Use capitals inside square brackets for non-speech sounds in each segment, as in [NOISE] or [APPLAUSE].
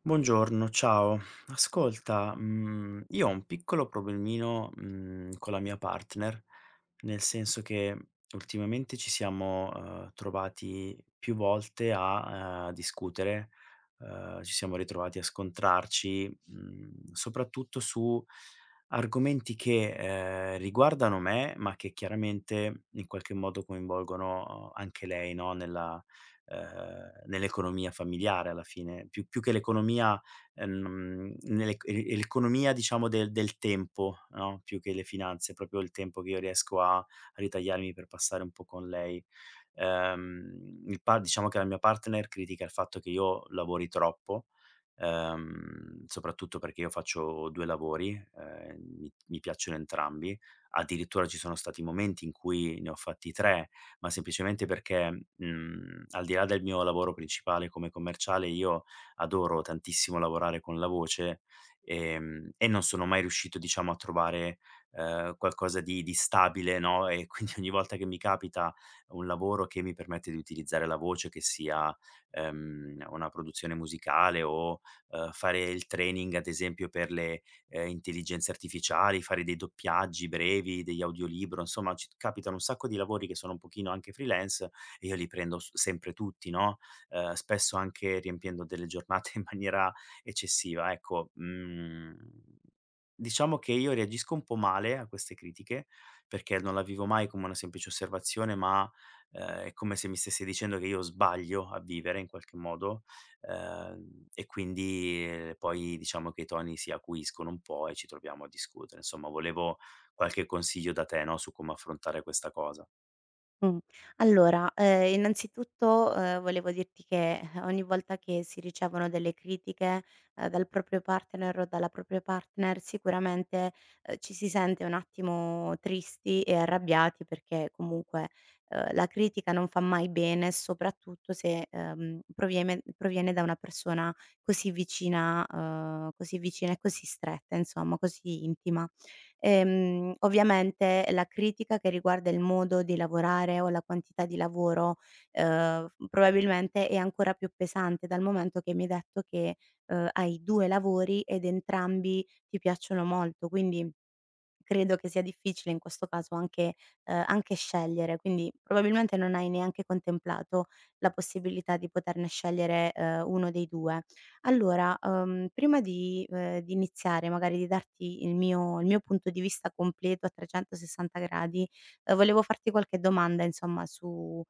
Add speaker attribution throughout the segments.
Speaker 1: Buongiorno, ciao. Ascolta, io ho un piccolo problemino, con la mia partner, nel senso che ultimamente ci siamo, trovati più volte a, discutere, ci siamo ritrovati a scontrarci, soprattutto su argomenti che, riguardano me, ma che chiaramente in qualche modo coinvolgono anche lei, no, nella nell'economia familiare alla fine, più che l'economia nell'ec e l'economia diciamo del tempo, no, più che le finanze, proprio il tempo che io riesco a ritagliarmi per passare un po' con lei. Il par diciamo che la mia partner critica il fatto che io lavori troppo, soprattutto perché io faccio 2 lavori, mi piacciono entrambi, addirittura ci sono stati momenti in cui ne ho fatti 3, ma semplicemente perché, al di là del mio lavoro principale come commerciale, io adoro tantissimo lavorare con la voce, e non sono mai riuscito, diciamo, a trovare, qualcosa di stabile, no, e quindi [LAUGHS] ogni volta che mi capita un lavoro che mi permette di utilizzare la voce, che sia, una produzione musicale o, fare il training, ad esempio, per le intelligenze artificiali, fare dei doppiaggi brevi, degli audiolibro, insomma ci capitano un sacco di lavori che sono un pochino anche freelance e io li prendo s sempre tutti, no, spesso anche riempiendo delle giornate [LAUGHS] in maniera eccessiva. Ecco, diciamo che io reagisco un po' male a queste critiche, perché non la vivo mai come una semplice osservazione, ma, è come se mi stesse dicendo che io sbaglio a vivere in qualche modo e quindi, poi diciamo che i toni si acuiscono un po' e ci troviamo a discutere. Insomma, volevo qualche consiglio da te, no, su come affrontare questa cosa.
Speaker 2: Mh. Allora, innanzitutto, volevo dirti che ogni volta che si ricevono delle critiche, dal proprio partner o dalla propria partner, sicuramente, ci si sente un attimo tristi e arrabbiati perché comunque, la critica non fa mai bene, soprattutto se, proviene da una persona così vicina e così stretta, insomma, così intima. Ovviamente la critica che riguarda il modo di lavorare o la quantità di lavoro, probabilmente è ancora più pesante dal momento che mi hai detto che, hai 2 lavori ed entrambi ti piacciono molto, quindi credo che sia difficile in questo caso anche anche scegliere, quindi probabilmente non hai neanche contemplato la possibilità di poterne scegliere, uno dei 2. Allora, prima di iniziare, magari di darti il mio punto di vista completo a 360 gradi, volevo farti qualche domanda insomma su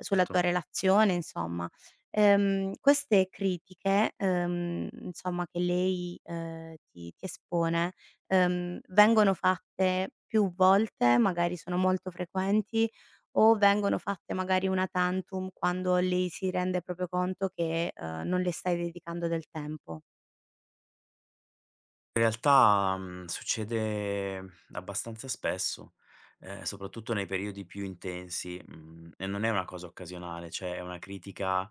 Speaker 2: sulla tua relazione insomma. Queste critiche, insomma che lei, ti espone vengono fatte più volte, magari sono molto frequenti, o vengono fatte magari una tantum quando lei si rende proprio conto che, non le stai dedicando del tempo.
Speaker 1: In realtà, succede abbastanza spesso, soprattutto nei periodi più intensi, e non è una cosa occasionale, cioè è una critica,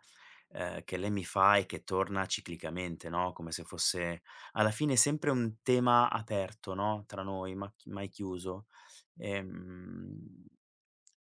Speaker 1: che lei mi fa e che torna ciclicamente, no, come se fosse alla fine sempre un tema aperto, no, tra noi, ma chi mai chiuso. Ehm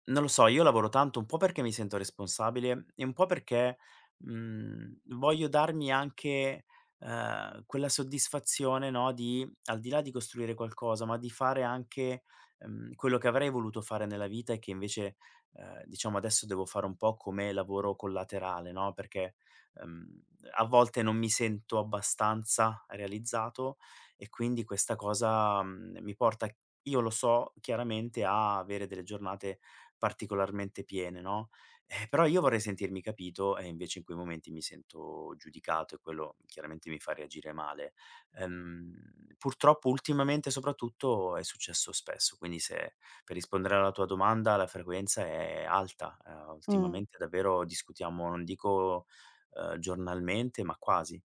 Speaker 1: non lo so, io lavoro tanto un po' perché mi sento responsabile e un po' perché, voglio darmi anche, quella soddisfazione, no, di al di là di costruire qualcosa, ma di fare anche, quello che avrei voluto fare nella vita e che invece, diciamo adesso devo fare un po' come lavoro collaterale, no, perché, ehm, a volte non mi sento abbastanza realizzato e quindi questa cosa, mi porta io lo so chiaramente a avere delle giornate particolarmente piene, no, però io vorrei sentirmi capito e invece in quei momenti mi sento giudicato e quello chiaramente mi fa reagire male. Ehm, purtroppo ultimamente soprattutto è successo spesso, quindi se per rispondere alla tua domanda la frequenza è alta,
Speaker 2: Mh.
Speaker 1: ultimamente davvero discutiamo, non dico, giornalmente, ma quasi.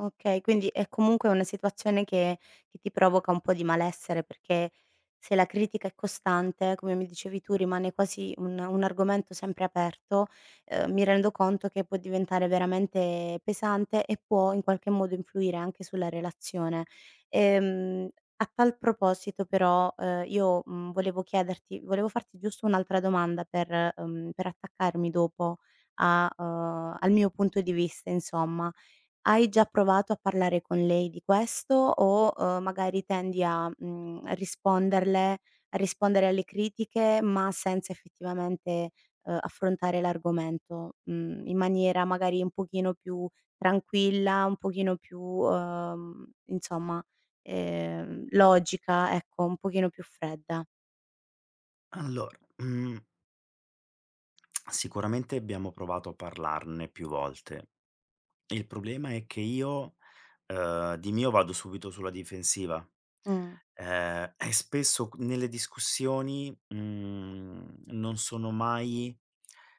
Speaker 2: Okay, quindi è comunque una situazione che ti provoca un po' di malessere, perché se la critica è costante, come mi dicevi tu, rimane quasi un argomento sempre aperto, mi rendo conto che può diventare veramente pesante e può in qualche modo influire anche sulla relazione. Ehm, a tal proposito però, io, volevo chiederti volevo farti giusto un'altra domanda per attaccarmi dopo a al mio punto di vista insomma. Hai già provato a parlare con lei di questo o, magari tendi a, risponderle a rispondere alle critiche, ma senza effettivamente, affrontare l'argomento, in maniera magari un pochino più tranquilla, un pochino più, insomma, logica, ecco, un pochino più fredda.
Speaker 1: Allora, mhmm, sicuramente abbiamo provato a parlarne più volte. Il problema è che io, di mio vado subito sulla difensiva,
Speaker 2: Mh,
Speaker 1: e spesso c nelle discussioni, non sono mai,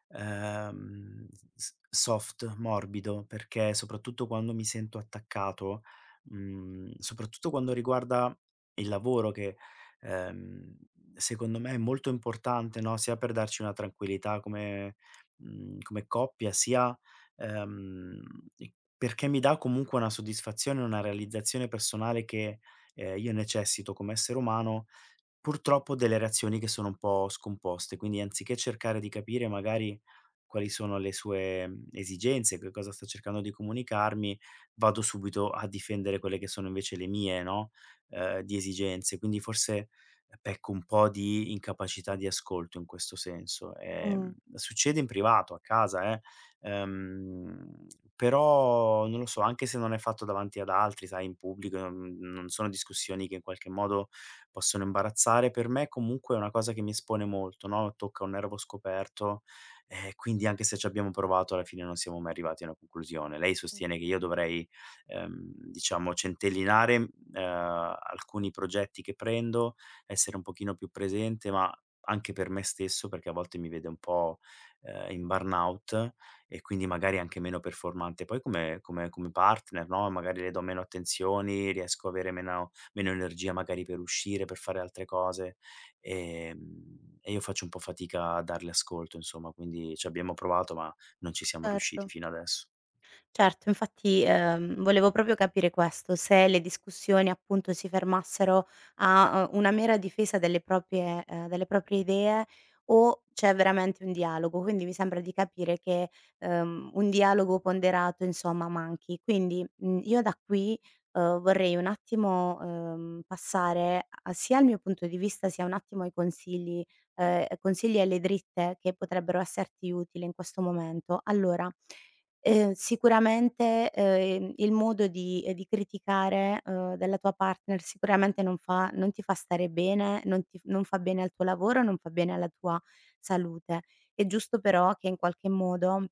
Speaker 1: ehm, s soft, morbido, perché soprattutto quando mi sento attaccato, soprattutto quando riguarda il lavoro che, ehm, secondo me è molto importante, no, sia per darci una tranquillità come come coppia, sia ehm, e perché mi dà comunque una soddisfazione, una realizzazione personale che, io necessito come essere umano. Purtroppo delle reazioni che sono un po' scomposte, quindi anziché cercare di capire magari quali sono le sue, esigenze, che cosa sta cercando di comunicarmi, vado subito a difendere quelle che sono invece le mie, no, di esigenze. Quindi forse pecco un po' di incapacità di ascolto in questo senso.
Speaker 2: mh,
Speaker 1: Succede in privato, a casa, ehm, però non lo so, anche se non è fatto davanti ad altri, sai, in pubblico, non sono discussioni che in qualche modo possono imbarazzare, per me comunque è una cosa che mi espone molto, no, tocca un nervo scoperto, quindi anche se ci abbiamo provato alla fine non siamo mai arrivati a una conclusione. Lei sostiene che io dovrei, ehm, diciamo centellinare, alcuni progetti che prendo, essere un pochino più presente, ma anche per me stesso, perché a volte mi vede un po', in burnout e quindi magari anche meno performante poi come partner, no, magari le do meno attenzioni, riesco a avere meno energia magari per uscire, per fare altre cose, e io faccio un po' fatica a darle ascolto insomma, quindi ci abbiamo provato ma non ci siamo riusciti
Speaker 2: certo.
Speaker 1: fino adesso.
Speaker 2: Certo, infatti, volevo proprio capire questo, se le discussioni appunto si fermassero a, una mera difesa delle proprie idee o c'è veramente un dialogo. Quindi mi sembra di capire che, un dialogo ponderato insomma manchi. Quindi, io da qui, vorrei un attimo, passare a sia al mio punto di vista, sia un attimo ai consigli consigli alle dritte che potrebbero esserti utili in questo momento. Allora sicuramente, il modo di criticare, della tua partner sicuramente non ti fa stare bene, non ti f non fa bene al tuo lavoro, non fa bene alla tua salute. È giusto però che in qualche modo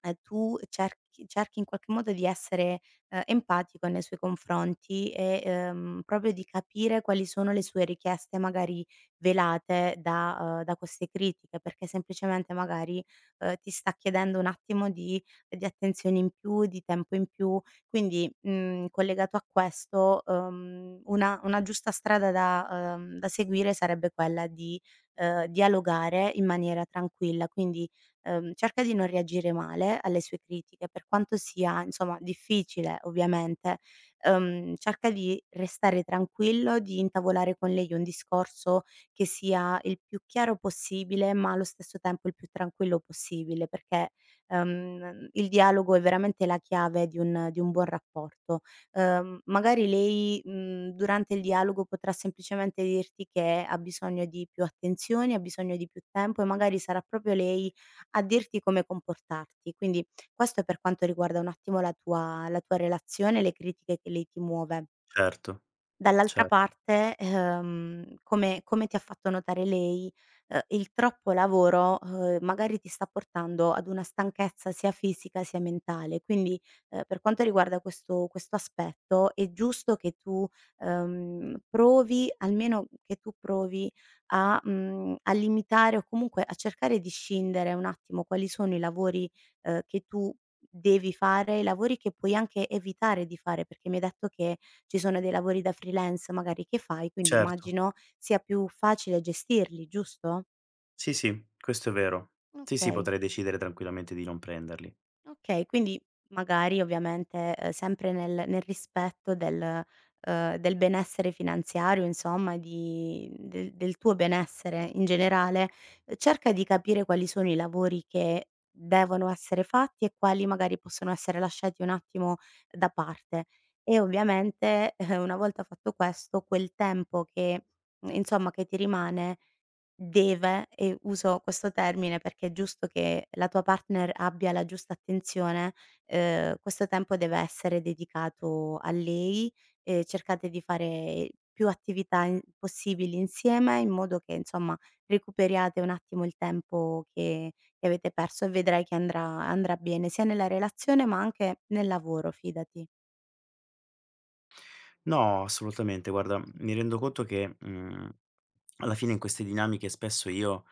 Speaker 2: tu cerchi in qualche modo di essere, empatico nei suoi confronti e, proprio di capire quali sono le sue richieste magari velate da da queste critiche, perché semplicemente magari, ti sta chiedendo un attimo di attenzione in più, di tempo in più. Quindi, collegato a questo, una giusta strada da da seguire sarebbe quella di, dialogare in maniera tranquilla, quindi cerca di non reagire male alle sue critiche, per quanto sia insomma difficile ovviamente, cerca di restare tranquillo, di intavolare con lei un discorso che sia il più chiaro possibile, ma allo stesso tempo il più tranquillo possibile, perché, il dialogo è veramente la chiave di un buon rapporto. Magari lei, durante il dialogo potrà semplicemente dirti che ha bisogno di più attenzioni, ha bisogno di più tempo e magari sarà proprio lei a dirti come comportarti. Quindi questo è per quanto riguarda un attimo la tua relazione e le critiche che lei ti muove.
Speaker 1: Certo,
Speaker 2: Dall'altra
Speaker 1: certo,
Speaker 2: parte, come ti ha fatto notare lei, il troppo lavoro, magari ti sta portando ad una stanchezza sia fisica sia mentale. Quindi, per quanto riguarda questo aspetto, è giusto che tu, provi almeno che tu provi a a limitare o comunque a cercare di scindere un attimo quali sono i lavori, che tu devi fare, i lavori che puoi anche evitare di fare, perché mi hai detto che ci sono dei lavori da freelance magari che fai, quindi
Speaker 1: certo.
Speaker 2: immagino sia più facile gestirli, giusto?
Speaker 1: Sì, sì, questo è vero. Sì, sì,
Speaker 2: Okay.
Speaker 1: potrei decidere tranquillamente di non prenderli.
Speaker 2: Okay, quindi magari ovviamente, sempre nel rispetto del del benessere finanziario insomma, di del tuo benessere in generale, cerca di capire quali sono i lavori che devono essere fatti e quali magari possono essere lasciati un attimo da parte. E ovviamente, [LAUGHS] una volta fatto questo, quel tempo che, insomma che ti rimane deve, e uso questo termine perché è giusto che la tua partner abbia la giusta attenzione, questo tempo deve essere dedicato a lei, e cercate di fare più attività in possibili insieme in modo che, insomma, recuperiate un attimo il tempo che avete perso e vedrai che andrà bene sia nella relazione ma anche nel lavoro, fidati.
Speaker 1: No, assolutamente. Guarda, mi rendo conto che, alla fine in queste dinamiche spesso io,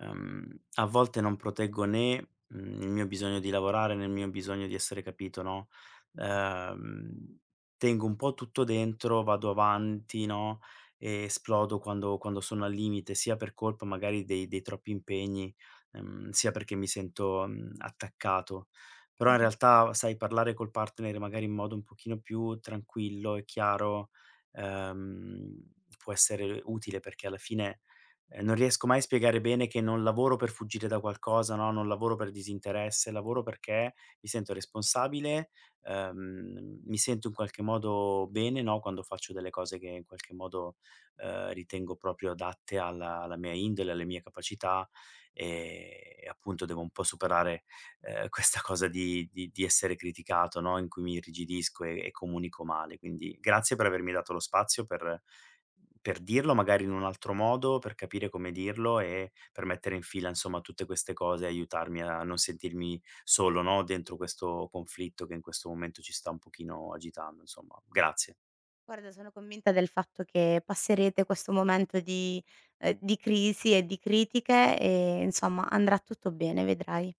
Speaker 1: ehm, a volte non proteggo né, il mio bisogno di lavorare, né il mio bisogno di essere capito, no, ehm, tengo un po' tutto dentro, vado avanti, no, e esplodo quando sono al limite, sia per colpa magari dei troppi impegni, sia perché mi sento, attaccato però in realtà, sai, parlare col partner magari in modo un pochino più tranquillo e chiaro, ehm, può essere utile perché alla fine, non riesco mai a spiegare bene che non lavoro per fuggire da qualcosa, no, non lavoro per disinteresse, lavoro perché mi sento responsabile, mi sento in qualche modo bene, no, quando faccio delle cose che in qualche modo, ritengo proprio adatte alla mia indole, alle mie capacità, ehm, e appunto devo un po' superare questa cosa di essere criticato, no, in cui mi irrigidisco e comunico male. Quindi grazie per avermi dato lo spazio per dirlo magari in un altro modo, per capire come dirlo e per mettere in fila, insomma, tutte queste cose e aiutarmi a non sentirmi solo, no, dentro questo conflitto che in questo momento ci sta un pochino agitando, insomma. Grazie.
Speaker 2: Guarda, sono convinta del fatto che passerete questo momento di crisi e di critiche e insomma andrà tutto bene, vedrai.